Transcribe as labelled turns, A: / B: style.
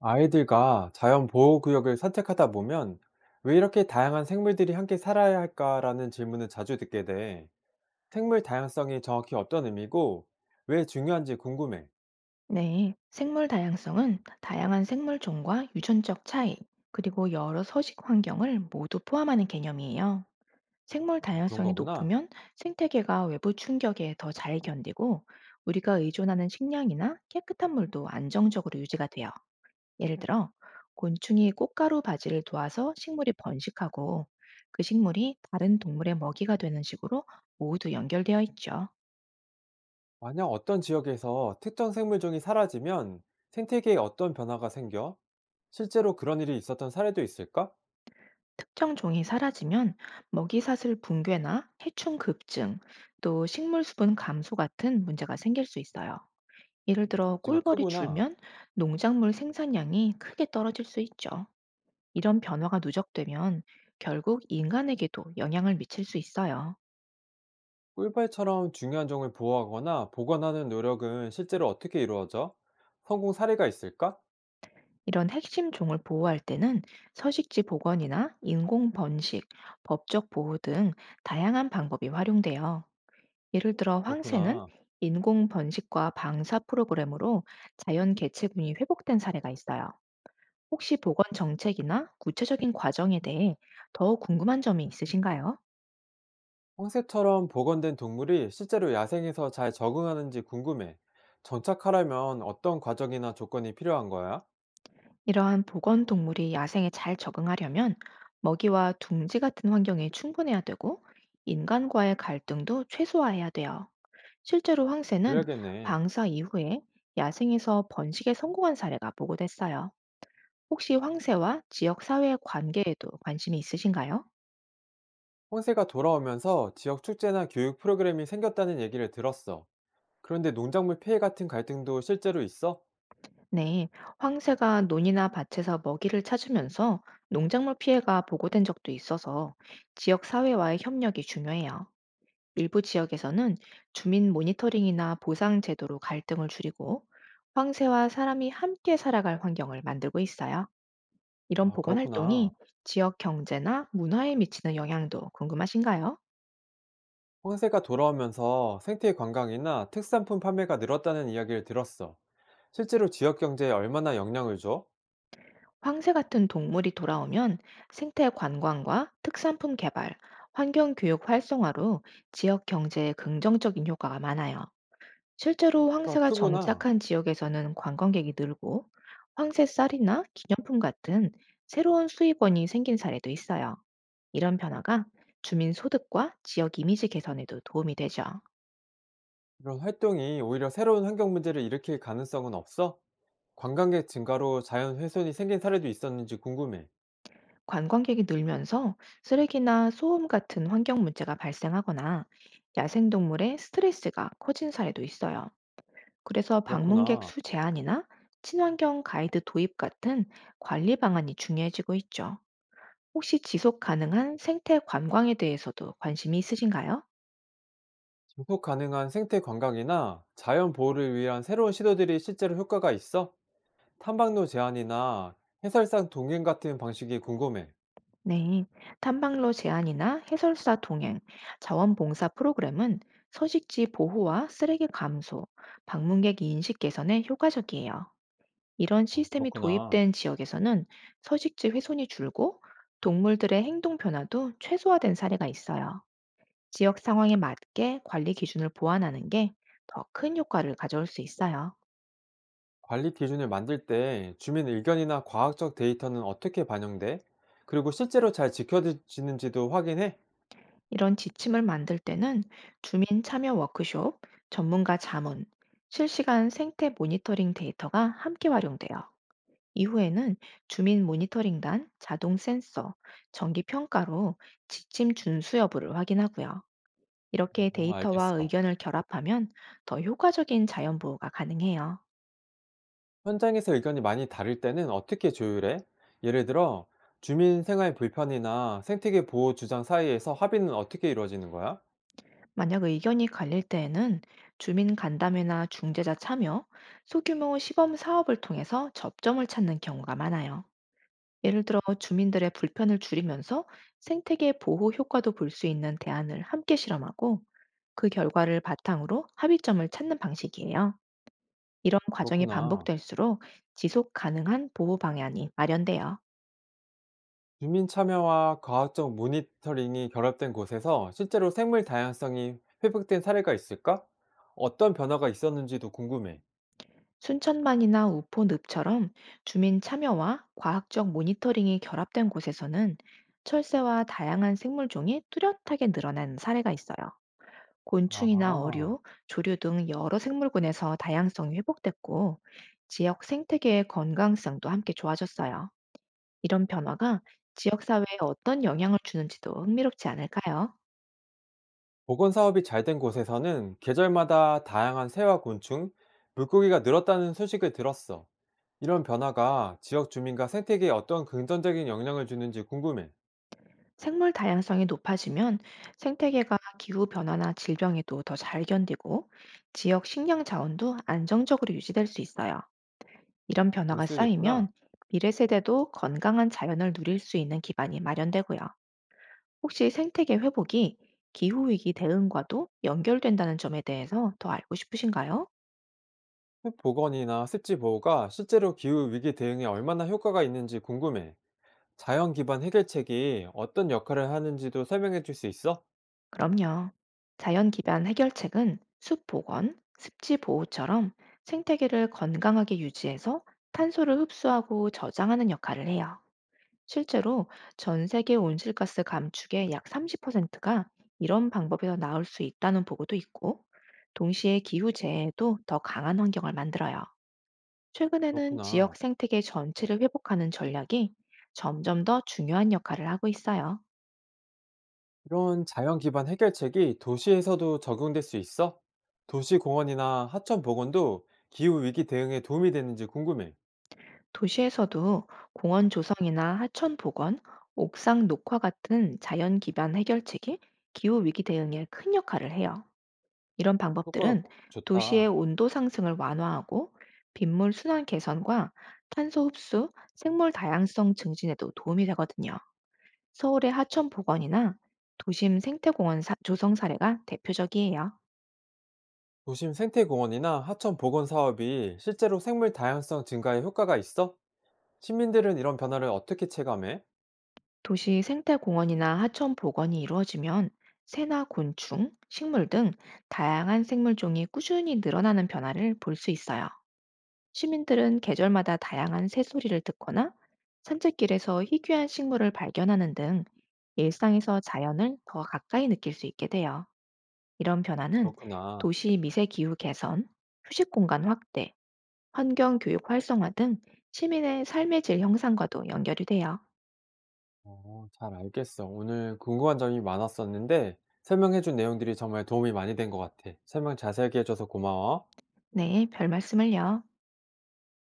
A: 아이들과 자연 보호 구역을 산책하다 보면 왜 이렇게 다양한 생물들이 함께 살아야 할까라는 질문을 자주 듣게 돼. 생물 다양성이 정확히 어떤 의미고 왜 중요한지 궁금해.
B: 네, 생물 다양성은 다양한 생물 종과 유전적 차이, 그리고 여러 서식 환경을 모두 포함하는 개념이에요. 생물
A: 그런
B: 다양성이
A: 거구나.
B: 높으면 생태계가 외부 충격에 더 잘 견디고 우리가 의존하는 식량이나 깨끗한 물도 안정적으로 유지가 돼요. 예를 들어, 곤충이 꽃가루 바지를 도와서 식물이 번식하고 그 식물이 다른 동물의 먹이가 되는 식으로 모두 연결되어 있죠.
A: 만약 어떤 지역에서 특정 생물종이 사라지면 생태계에 어떤 변화가 생겨? 실제로 그런 일이 있었던 사례도 있을까?
B: 특정 종이 사라지면 먹이사슬 붕괴나 해충 급증, 또 식물 수분 감소 같은 문제가 생길 수 있어요. 예를 들어
A: 문제가
B: 꿀벌이
A: 크구나.
B: 줄면 농작물 생산량이 크게 떨어질 수 있죠. 이런 변화가 누적되면 결국 인간에게도 영향을 미칠 수 있어요.
A: 꿀벌처럼 중요한 종을 보호하거나 보원하는 노력은 실제로 어떻게 이루어져? 성공 사례가 있을까?
B: 이런 핵심 종을 보호할 때는 서식지 복원이나 인공 번식, 법적 보호 등 다양한 방법이 활용돼요. 예를 들어 황새는
A: 그렇구나.
B: 인공 번식과 방사 프로그램으로 자연 개체군이 회복된 사례가 있어요. 혹시 보건 정책이나 구체적인 과정에 대해 더 궁금한 점이 있으신가요?
A: 황새처럼 복원된 동물이 실제로 야생에서 잘 적응하는지 궁금해. 정착하려면 어떤 과정이나 조건이 필요한 거야?
B: 이러한 보건 동물이 야생에 잘 적응하려면 먹이와 둥지 같은 환경에 충분해야 되고 인간과의 갈등도 최소화해야 돼요. 실제로 황새는
A: 그래야겠네.
B: 방사 이후에 야생에서 번식에 성공한 사례가 보고됐어요. 혹시 황새와 지역 사회의 관계에도 관심이 있으신가요?
A: 황새가 돌아오면서 지역 축제나 교육 프로그램이 생겼다는 얘기를 들었어. 그런데 농작물 피해 같은 갈등도 실제로 있어?
B: 네, 황새가 논이나 밭에서 먹이를 찾으면서 농작물 피해가 보고된 적도 있어서 지역 사회와의 협력이 중요해요. 일부 지역에서는 주민 모니터링이나 보상 제도로 갈등을 줄이고 황새와 사람이 함께 살아갈 환경을 만들고 있어요. 이런
A: 아,
B: 복원
A: 그렇구나.
B: 활동이 지역 경제나 문화에 미치는 영향도 궁금하신가요?
A: 황새가 돌아오면서 생태 관광이나 특산품 판매가 늘었다는 이야기를 들었어. 실제로 지역 경제에 얼마나 영향을 줘?
B: 황새 같은 동물이 돌아오면 생태 관광과 특산품 개발, 환경 교육 활성화로 지역 경제에 긍정적인 효과가 많아요. 실제로
A: 아,
B: 황새가
A: 크구나.
B: 정착한 지역에서는 관광객이 늘고 황새 쌀이나 기념품 같은 새로운 수익원이 생긴 사례도 있어요. 이런 변화가 주민 소득과 지역 이미지 개선에도 도움이 되죠.
A: 이런 활동이 오히려 새로운 환경 문제를 일으킬 가능성은 없어? 관광객 증가로 자연 훼손이 생긴 사례도 있었는지 궁금해.
B: 관광객이 늘면서 쓰레기나 소음 같은 환경 문제가 발생하거나 야생동물의 스트레스가 커진 사례도 있어요. 그래서 방문객
A: 그렇구나.
B: 수 제한이나 친환경 가이드 도입 같은 관리 방안이 중요해지고 있죠. 혹시 지속 가능한 생태 관광에 대해서도 관심이 있으신가요?
A: 지속 가능한 생태 관광이나 자연 보호를 위한 새로운 시도들이 실제로 효과가 있어? 탐방로 제한이나 해설상 동행 같은 방식이 궁금해.
B: 네. 탐방로 제한이나 해설사 동행, 자원봉사 프로그램은 서식지 보호와 쓰레기 감소, 방문객 인식 개선에 효과적이에요. 이런
A: 아,
B: 시스템이
A: 그렇구나.
B: 도입된 지역에서는 서식지 훼손이 줄고 동물들의 행동 변화도 최소화된 사례가 있어요. 지역 상황에 맞게 관리 기준을 보완하는 게 더 큰 효과를 가져올 수 있어요.
A: 관리 기준을 만들 때 주민 의견이나 과학적 데이터는 어떻게 반영돼? 그리고 실제로 잘 지켜지는지도 확인해?
B: 이런 지침을 만들 때는 주민 참여 워크숍, 전문가 자문, 실시간 생태 모니터링 데이터가 함께 활용돼요. 이후에는 주민 모니터링단, 자동 센서, 정기 평가로 지침 준수 여부를 확인하고요. 이렇게
A: 어,
B: 데이터와
A: 알겠어.
B: 의견을 결합하면 더 효과적인 자연 보호가 가능해요.
A: 현장에서 의견이 많이 다를 때는 어떻게 조율해? 예를 들어, 주민 생활 불편이나 생태계 보호 주장 사이에서 합의는 어떻게 이루어지는 거야?
B: 만약 의견이 갈릴 때에는 주민 간담회나 중재자 참여, 소규모 시범 사업을 통해서 접점을 찾는 경우가 많아요. 예를 들어 주민들의 불편을 줄이면서 생태계 보호 효과도 볼 수 있는 대안을 함께 실험하고 그 결과를 바탕으로 합의점을 찾는 방식이에요. 이런 과정이
A: 그렇구나.
B: 반복될수록 지속 가능한 보호 방안이 마련돼요.
A: 주민 참여와 과학적 모니터링이 결합된 곳에서 실제로 생물 다양성이 회복된 사례가 있을까? 어떤 변화가 있었는지도 궁금해.
B: 순천만이나 우포늪처럼 주민 참여와 과학적 모니터링이 결합된 곳에서는 철새와 다양한 생물종이 뚜렷하게 늘어난 사례가 있어요. 곤충이나
A: 아.
B: 어류, 조류 등 여러 생물군에서 다양성이 회복됐고 지역 생태계의 건강성도 함께 좋아졌어요. 이런 변화가 지역사회에 어떤 영향을 주는지도 흥미롭지 않을까요?
A: 복원 사업이 잘 된 곳에서는 계절마다 다양한 새와 곤충, 물고기가 늘었다는 소식을 들었어. 이런 변화가 지역 주민과 생태계에 어떤 긍정적인 영향을 주는지 궁금해.
B: 생물 다양성이 높아지면 생태계가 기후 변화나 질병에도 더 잘 견디고 지역 식량 자원도 안정적으로 유지될 수 있어요. 이런
A: 그럴
B: 변화가
A: 수도 있구나.
B: 쌓이면 미래 세대도 건강한 자연을 누릴 수 있는 기반이 마련되고요. 혹시 생태계 회복이 기후 위기 대응과도 연결된다는 점에 대해서 더 알고 싶으신가요?
A: 숲 복원이나 습지 보호가 실제로 기후 위기 대응에 얼마나 효과가 있는지 궁금해. 자연 기반 해결책이 어떤 역할을 하는지도 설명해 줄 수 있어?
B: 그럼요. 자연 기반 해결책은 숲 복원, 습지 보호처럼 생태계를 건강하게 유지해서 탄소를 흡수하고 저장하는 역할을 해요. 실제로 전 세계 온실가스 감축의 약 30%가 이런 방법에서 나올 수 있다는 보고도 있고, 동시에 기후 재해에도 더 강한 환경을 만들어요. 최근에는
A: 그렇구나.
B: 지역 생태계 전체를 회복하는 전략이 점점 더 중요한 역할을 하고 있어요.
A: 이런 자연 기반 해결책이 도시에서도 적용될 수 있어? 도시 공원이나 하천 복원도 기후 위기 대응에 도움이 되는지 궁금해.
B: 도시에서도 공원 조성이나 하천 복원, 옥상 녹화 같은 자연 기반 해결책이 기후 위기 대응에 큰 역할을 해요. 이런
A: 효과가
B: 방법들은
A: 좋-
B: 도시의
A: 좋다.
B: 온도 상승을 완화하고 빗물 순환 개선과 탄소 흡수, 생물 다양성 증진에도 도움이 되거든요. 서울의 하천 복원이나 도심 생태공원 조성 사례가 대표적이에요.
A: 도심 생태 공원이나 하천 복원 사업이 실제로 생물 다양성 증가에 효과가 있어? 시민들은 이런 변화를 어떻게 체감해?
B: 도시 생태공원이나 하천 복원이 이루어지면 새나 곤충, 식물 등 다양한 생물종이 꾸준히 늘어나는 변화를 볼 수 있어요. 시민들은 계절마다 다양한 새소리를 듣거나 산책길에서 희귀한 식물을 발견하는 등 일상에서 자연을 더 가까이 느낄 수 있게 돼요. 이런 변화는
A: 그렇구나.
B: 도시 미세 기후 개선, 휴식 공간 확대, 환경 교육 활성화 등 시민의 삶의 질 형상과도 연결이 돼요.
A: 어, 잘 알겠어. 오늘 궁금한 점이 많았었는데 설명해준 내용들이 정말 도움이 많이 된 것 같아. 설명 자세하게 해줘서 고마워.
B: 네, 별 말씀을요.